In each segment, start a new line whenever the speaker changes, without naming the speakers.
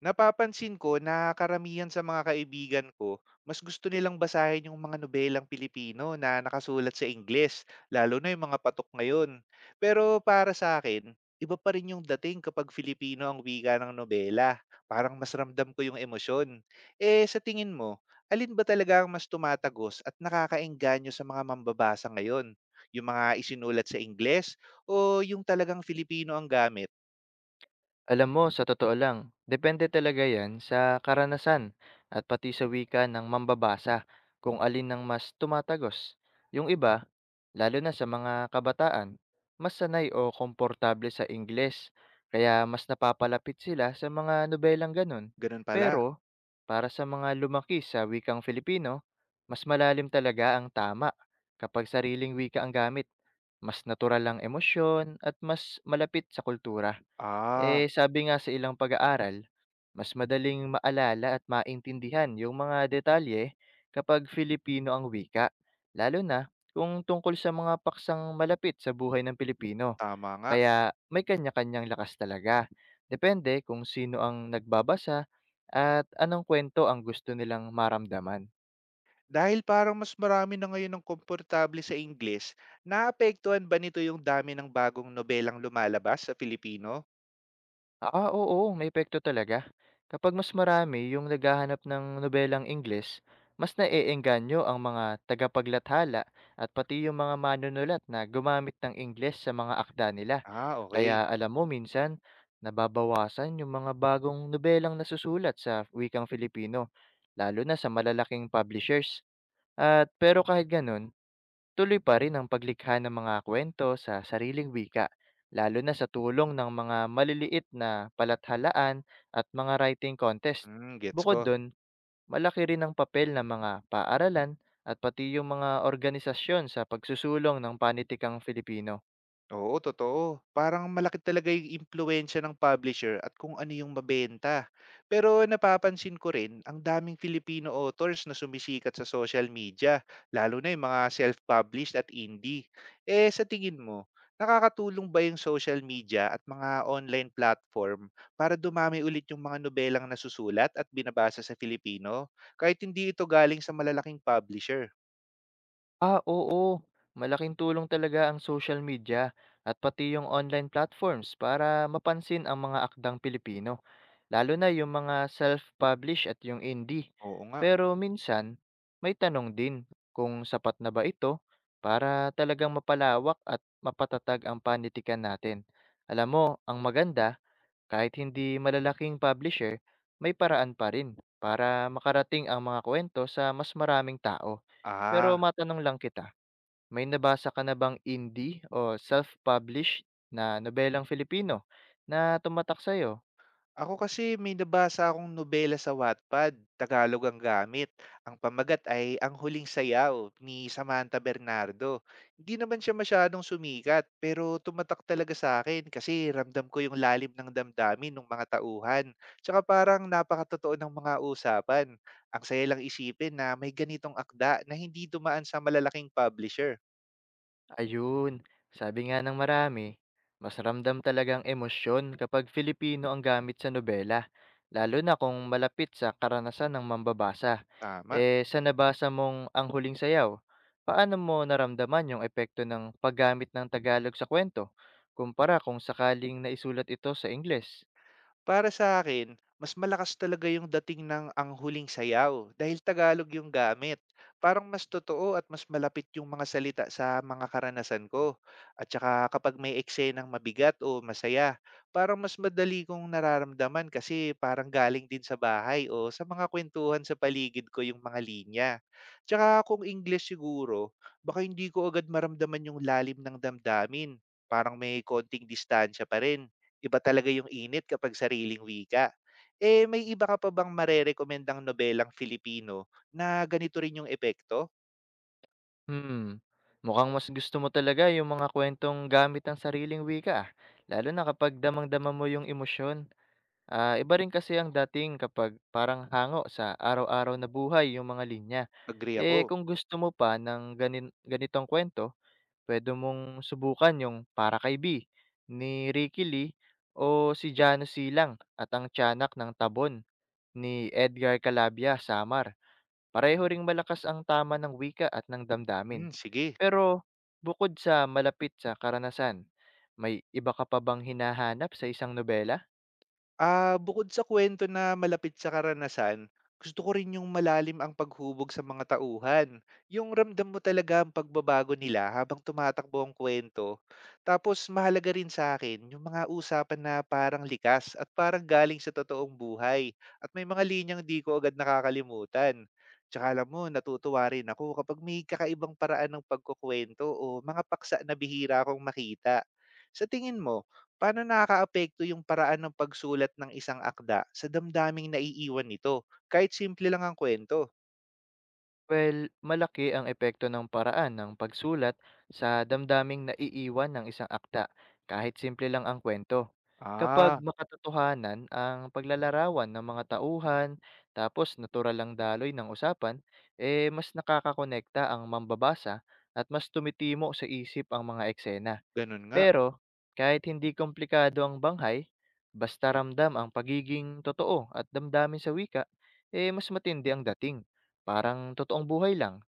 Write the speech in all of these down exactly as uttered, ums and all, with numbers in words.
Napapansin ko na karamihan sa mga kaibigan ko, mas gusto nilang basahin yung mga nobelang Pilipino na nakasulat sa Ingles, lalo na yung mga patok ngayon. Pero para sa akin, iba pa rin yung dating kapag Filipino ang wika ng nobela. Parang mas ramdam ko yung emosyon. Eh sa tingin mo, alin ba talaga ang mas tumatagos at nakakaengganyo sa mga mambabasa ngayon? Yung mga isinulat sa Ingles o yung talagang Filipino ang gamit?
Alam mo, sa totoo lang, depende talaga yan sa karanasan at pati sa wika ng mambabasa kung alin ang mas tumatagos. Yung iba, lalo na sa mga kabataan, mas sanay o komportable sa Ingles, kaya mas napapalapit sila sa mga nobelang ganun.
Ganun pala.
Pero, para sa mga lumaki sa wikang Filipino, mas malalim talaga ang tama kapag sariling wika ang gamit. Mas natural ang emosyon at mas malapit sa kultura.
Ah,
Eh, sabi nga sa ilang pag-aaral, mas madaling maalala at maintindihan yung mga detalye kapag Filipino ang wika, lalo na kung tungkol sa mga paksang malapit sa buhay ng Pilipino.
tama nga.
Kaya may kanya-kanyang lakas talaga. Depende kung sino ang nagbabasa at anong kwento ang gusto nilang maramdaman.
Dahil parang mas marami na ngayon ng komportable sa Ingles, naapektuhan ba nito yung dami ng bagong nobelang lumalabas sa Filipino?
Ah, oo, may epekto talaga. Kapag mas marami yung naghahanap ng nobelang Ingles, mas naeengganyo ang mga tagapaglathala at pati yung mga manunulat na gumamit ng Ingles sa mga akda nila.
Ah, okay.
Kaya alam mo minsan, nababawasan yung mga bagong nobelang nasusulat sa wikang Filipino, lalo na sa malalaking publishers. At pero kahit ganun, tuloy pa rin ang paglikha ng mga kwento sa sariling wika, lalo na sa tulong ng mga maliliit na palathalaan at mga writing contest.
Hmm, gets
Bukod
ko.
dun, malaki rin ang papel ng mga paaralan at pati yung mga organisasyon sa pagsusulong ng panitikang Filipino.
Oo, totoo. Parang malaki talaga yung impluwensya ng publisher at kung ano yung mabenta. Pero napapansin ko rin, ang daming Filipino authors na sumisikat sa social media, lalo na yung mga self-published at indie. Eh, sa tingin mo, nakakatulong ba yung social media at mga online platform para dumami ulit yung mga nobelang nasusulat at binabasa sa Filipino, kahit hindi ito galing sa malalaking publisher?
Ah, oo. Malaking tulong talaga ang social media at pati yung online platforms para mapansin ang mga akdang Pilipino, lalo na yung mga self-publish at yung indie.
Oo nga.
Pero minsan, may tanong din kung sapat na ba ito para talagang mapalawak at mapatatag ang panitikan natin. Alam mo, ang maganda, kahit hindi malalaking publisher, may paraan pa rin para makarating ang mga kwento sa mas maraming tao. Pero
Ah,
matanong lang kita, may nabasa ka na bang indie o self-publish na nobelang Filipino na tumatak sa'yo?
ako kasi may nabasa akong nobela sa Wattpad, Tagalog ang gamit. Ang pamagat ay Ang Huling Sayaw ni Samantha Bernardo. Hindi naman siya masyadong sumikat, pero tumatak talaga sa akin kasi ramdam ko yung lalim ng damdamin ng mga tauhan. Tsaka parang napakatotoo ng mga usapan. Ang saya lang isipin na may ganitong akda na hindi dumaan sa malalaking publisher.
Ayun, sabi nga ng marami, mas ramdam talagang emosyon kapag Filipino ang gamit sa nobela, lalo na kung malapit sa karanasan ng mambabasa.
Tama.
Eh, sa nabasa mong Ang Huling Sayaw, paano mo naramdaman yung epekto ng paggamit ng Tagalog sa kwento, kumpara kung sakaling naisulat ito sa Ingles?
Para sa akin mas malakas talaga yung dating ng Ang Huling Sayaw dahil Tagalog yung gamit. Parang mas totoo at mas malapit yung mga salita sa mga karanasan ko. At saka kapag may eksenang mabigat o masaya, parang mas madali kong nararamdaman kasi parang galing din sa bahay o sa mga kwentuhan sa paligid ko yung mga linya. Tsaka kung English siguro, baka hindi ko agad maramdaman yung lalim ng damdamin, parang may konting distansya pa rin. Iba talaga yung init kapag sariling wika. Eh, may iba ka pa bang marerekomendang nobelang Filipino na ganito rin yung epekto?
Hmm, mukhang mas gusto mo talaga yung mga kwentong gamit ang sariling wika, ah, lalo na kapag damang-dama mo yung emosyon. Ah, iba rin kasi ang dating kapag parang hango sa araw-araw na buhay yung mga linya.
Agree
Eh,
ako.
kung gusto mo pa ng ganin ganitong kwento, pwede mong subukan yung Para Kay B ni Ricky Lee o si Jano Silang at ang Tiyanak ng Tabon ni Edgar Calabia Samar. Pareho ring malakas ang tama ng wika at ng
Hmm,
damdamin.
sige.
Pero bukod sa malapit sa karanasan, may iba ka pa bang hinahanap sa isang nobela?
Ah, bukod sa kwento na malapit sa karanasan, gusto ko rin yung malalim ang paghubog sa mga tauhan. Yung ramdam mo talaga ang pagbabago nila habang tumatakbo ang kwento. Tapos mahalaga rin sa akin yung mga usapan na parang likas at parang galing sa totoong buhay. At may mga linyang di ko agad nakakalimutan. Tsaka alam mo, natutuwa rin ako kapag may kakaibang paraan ng pagkukwento o mga paksa na bihira akong makita. Sa tingin mo, paano nakakaapekto yung paraan ng pagsulat ng isang akda sa damdaming naiiwan nito, kahit simple lang ang kwento?
Well, malaki ang epekto ng paraan ng pagsulat sa damdaming naiiwan ng isang akda, kahit simple lang ang kwento. Kapag
Ah,
makatotohanan ang paglalarawan ng mga tauhan, tapos natural ang daloy ng usapan, eh mas nakakakonekta ang mambabasa at mas tumitimo sa isip ang mga eksena.
ganun nga.
Pero, kahit hindi komplikado ang banghay, basta ramdam ang pagiging totoo at damdamin sa wika, eh mas matindi ang dating. Parang totoong buhay lang.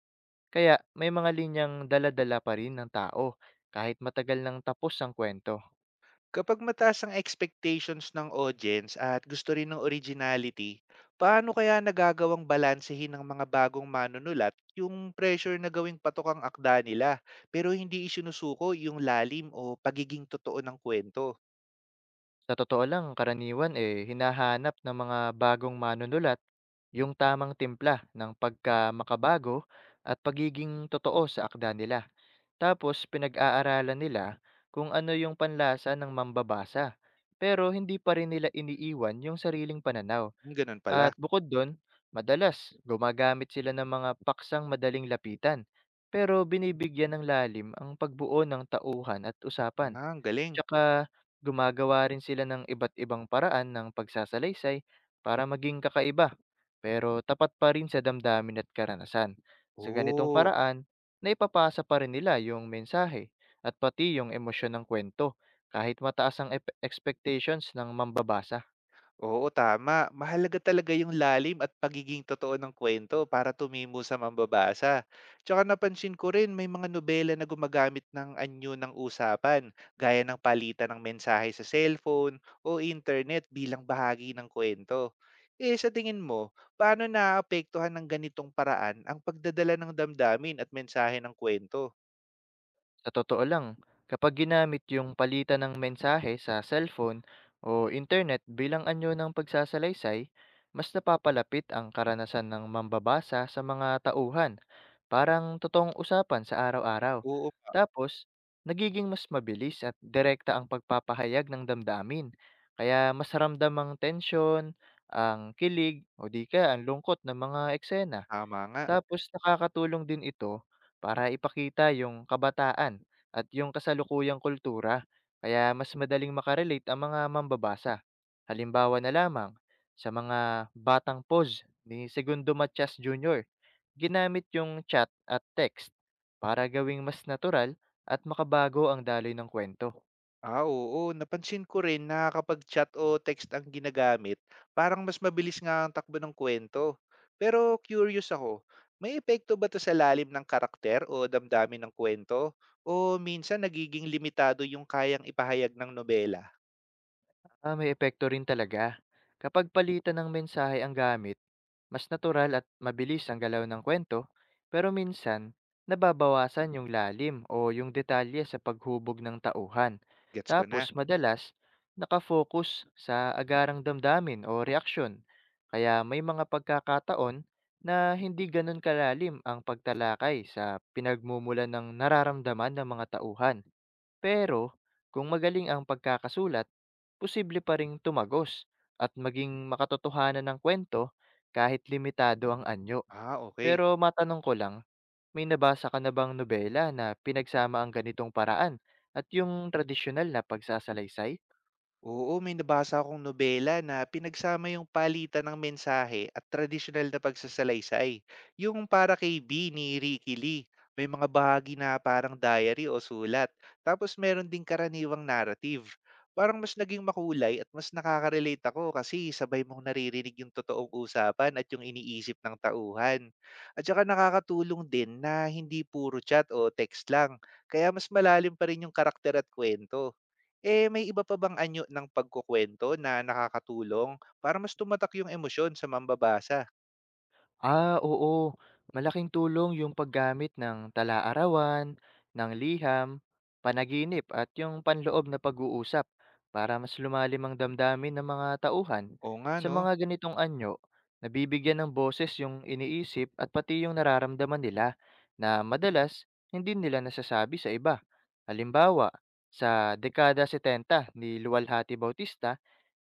Kaya may mga linyang dala-dala pa rin ng tao kahit matagal nang tapos ang kwento.
Kapag mataas ang expectations ng audience at gusto rin ng originality, paano kaya nagagawang balansehin ng mga bagong manunulat yung pressure na gawing patok ang akda nila pero hindi isinusuko yung lalim o pagiging totoo ng kwento?
Sa totoo lang, karaniwan eh hinahanap ng mga bagong manunulat yung tamang timpla ng pagka makabago at pagiging totoo sa akda nila. Tapos pinag-aaralan nila kung ano yung panlasa ng mambabasa. Pero hindi pa rin nila iniiwan yung sariling pananaw.
Hmm, Ganun
At
pala.
bukod doon, madalas gumagamit sila ng mga paksang madaling lapitan. Pero binibigyan ng lalim ang pagbuo ng tauhan at usapan.
Ah, ang galing.
Tsaka gumagawa rin sila ng iba't ibang paraan ng pagsasalaysay para maging kakaiba, pero tapat pa rin sa damdamin at karanasan. Sa ganitong
Oo.
paraan, naipapasa pa rin nila yung mensahe at pati yung emosyon ng kwento kahit mataas ang ep- expectations ng mambabasa.
Oo, tama. Mahalaga talaga yung lalim at pagiging totoo ng kwento para tumimo sa mambabasa. Tsaka napansin ko rin may mga nobela na gumagamit ng anyo ng usapan, gaya ng palitan ng mensahe sa cellphone o internet bilang bahagi ng kwento. Eh sa tingin mo, paano naaapektuhan ng ganitong paraan ang pagdadala ng damdamin at mensahe ng kwento?
Sa totoo lang, kapag ginamit yung palitan ng mensahe sa cellphone o internet bilang anyo ng pagsasalaysay, mas napapalapit ang karanasan ng mambabasa sa mga tauhan, parang totoong usapan sa araw-araw.
Oo,
Tapos, nagiging mas mabilis at direkta ang pagpapahayag ng damdamin, kaya mas ramdam ang tensyon, ang kilig, o di kaya ang lungkot ng mga eksena.
tama nga.
Tapos nakakatulong din ito para ipakita yung kabataan at yung kasalukuyang kultura kaya mas madaling makarelate ang mga mambabasa. Halimbawa na lamang, sa mga Batang Pose ni Segundo Matias Junior, ginamit yung chat at text para gawing mas natural at makabago ang daloy ng kwento.
Ah, oo. Napansin ko rin na kapag chat o text ang ginagamit, parang mas mabilis nga ang takbo ng kwento. Pero curious ako, may epekto ba to sa lalim ng karakter o damdamin ng kwento? O minsan nagiging limitado yung kayang ipahayag ng nobela?
Ah, may epekto rin talaga. Kapag palitan ng mensahe ang gamit, mas natural at mabilis ang galaw ng kwento, pero minsan, nababawasan yung lalim o yung detalye sa paghubog ng tauhan.
Gets ko na.
Tapos, madalas, nakafocus sa agarang damdamin o reaksyon. Kaya may mga pagkakataon na hindi ganun kalalim ang pagtalakay sa pinagmumulan ng nararamdaman ng mga tauhan. Pero kung magaling ang pagkakasulat, posible pa ring tumagos at maging makatotohanan ng kwento kahit limitado ang anyo.
Ah, okay.
Pero matanong ko lang, may nabasa ka na bang nobela na pinagsama ang ganitong paraan at yung tradisyonal na pagsasalaysay?
Oo, may nabasa akong nobela na pinagsama yung palitan ng mensahe at tradisyonal na pagsasalaysay. Yung para kay B ni Ricky Lee, may mga bahagi na parang diary o sulat. Tapos meron ding karaniwang narrative. Parang mas naging makulay at mas nakaka-relate ako kasi sabay mong naririnig yung totoong usapan at yung iniisip ng tauhan. At saka nakakatulong din na hindi puro chat o text lang, kaya mas malalim pa rin yung karakter at kwento. Eh, may iba pa bang anyo ng pagkukuwento na nakakatulong para mas tumatak yung emosyon sa mambabasa?
Ah, oo. Malaking tulong yung paggamit ng tala-arawan, ng liham, panaginip at yung panloob na pag-uusap para mas lumalim ang damdamin ng mga tauhan.
Oo nga
Sa
'no.
mga ganitong anyo, nabibigyan ng boses yung iniisip at pati yung nararamdaman nila na madalas hindi nila nasasabi sa iba. Halimbawa, sa dekada setenta ni Luwalhati Bautista,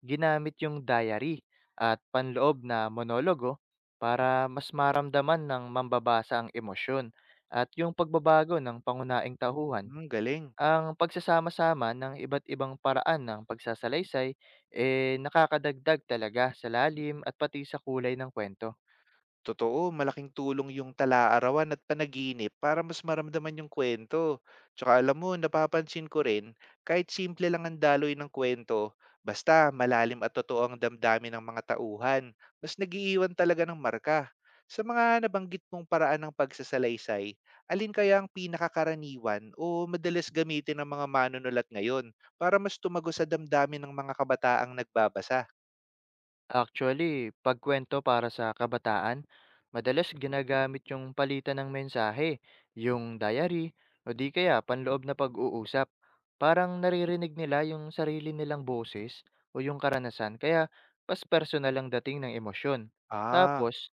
ginamit yung diary at panloob na monologo para mas maramdaman ng mambabasa ang emosyon at yung pagbabago ng pangunaing tauhan.
Hmm, galing.
Ang pagsasama-sama ng iba't ibang paraan ng pagsasalaysay eh nakakadagdag talaga sa lalim at pati sa kulay ng kwento.
Totoo, malaking tulong yung tala-arawan at panaginip para mas maramdaman yung kwento. Tsaka alam mo, napapansin ko rin, kahit simple lang ang daloy ng kwento, basta malalim at totoo ang damdamin ng mga tauhan, mas nagiiwan talaga ng marka. Sa mga nabanggit mong paraan ng pagsasalaysay, alin kaya ang pinakakaraniwan o madalas gamitin ng mga manunulat ngayon para mas tumago sa damdamin ng mga kabataang nagbabasa?
Actually, pagkwento para sa kabataan, madalas ginagamit yung palitan ng mensahe, yung diary, o di kaya panloob na pag-uusap. Parang naririnig nila yung sarili nilang boses o yung karanasan, kaya mas personal ang dating ng emosyon.
Ah,
Tapos,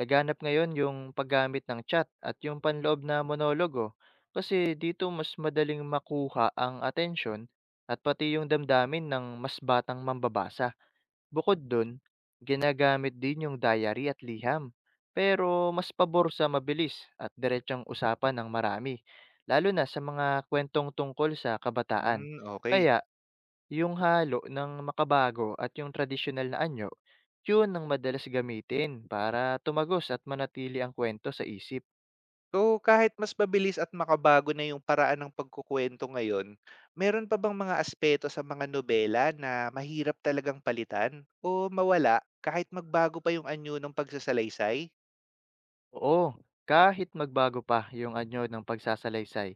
laganap ngayon yung paggamit ng chat at yung panloob na monologo kasi dito mas madaling makuha ang atensyon at pati yung damdamin ng mas batang mambabasa. Bukod dun, ginagamit din yung diary at liham. Pero mas pabor sa mabilis at diretsang usapan ng marami, lalo na sa mga kwentong tungkol sa kabataan.
mm, okay.
Kaya, yung halo ng makabago at yung tradisyonal na anyo, yun ang madalas gamitin para tumagos at manatili ang kwento sa isip.
So, kahit mas mabilis at makabago na yung paraan ng pagkukuwento ngayon, meron pa bang mga aspeto sa mga nobela na mahirap talagang palitan o mawala kahit magbago pa yung anyo ng pagsasalaysay?
Oo, kahit magbago pa yung anyo ng pagsasalaysay,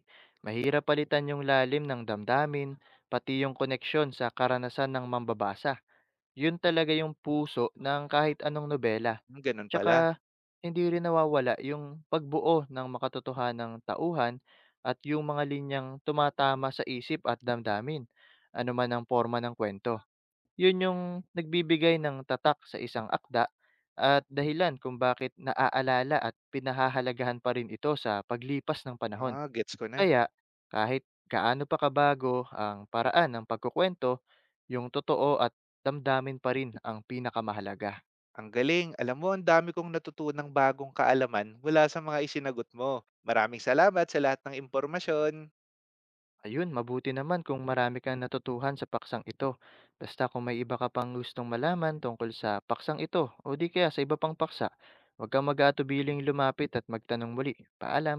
mahirap palitan yung lalim ng damdamin, pati yung koneksyon sa karanasan ng mambabasa. Yun talaga yung puso ng kahit anong nobela,
Hmm, Ganun
tsaka
pala.
hindi rin nawawala yung pagbuo ng makatotohanang tauhan at yung mga linyang tumatama sa isip at damdamin, ano man ang forma ng kwento. Yun yung nagbibigay ng tatak sa isang akda at dahilan kung bakit naaalala at pinahahalagahan pa rin ito sa paglipas ng panahon.
Ah, gets ko na.
Kaya, kahit gaano pa kabago ang paraan ng pagkukuwento, yung totoo at damdamin pa rin ang pinakamahalaga.
Ang galing. Alam mo, ang dami kong natutunang bagong kaalaman mula sa mga isinagot mo. Maraming salamat sa lahat ng impormasyon.
Ayun, mabuti naman kung marami kang natutuhan sa paksang ito. Basta kung may iba ka pang gustong malaman tungkol sa paksang ito o di kaya sa iba pang paksa, huwag kang mag-aatubiling lumapit at magtanong muli. Paalam!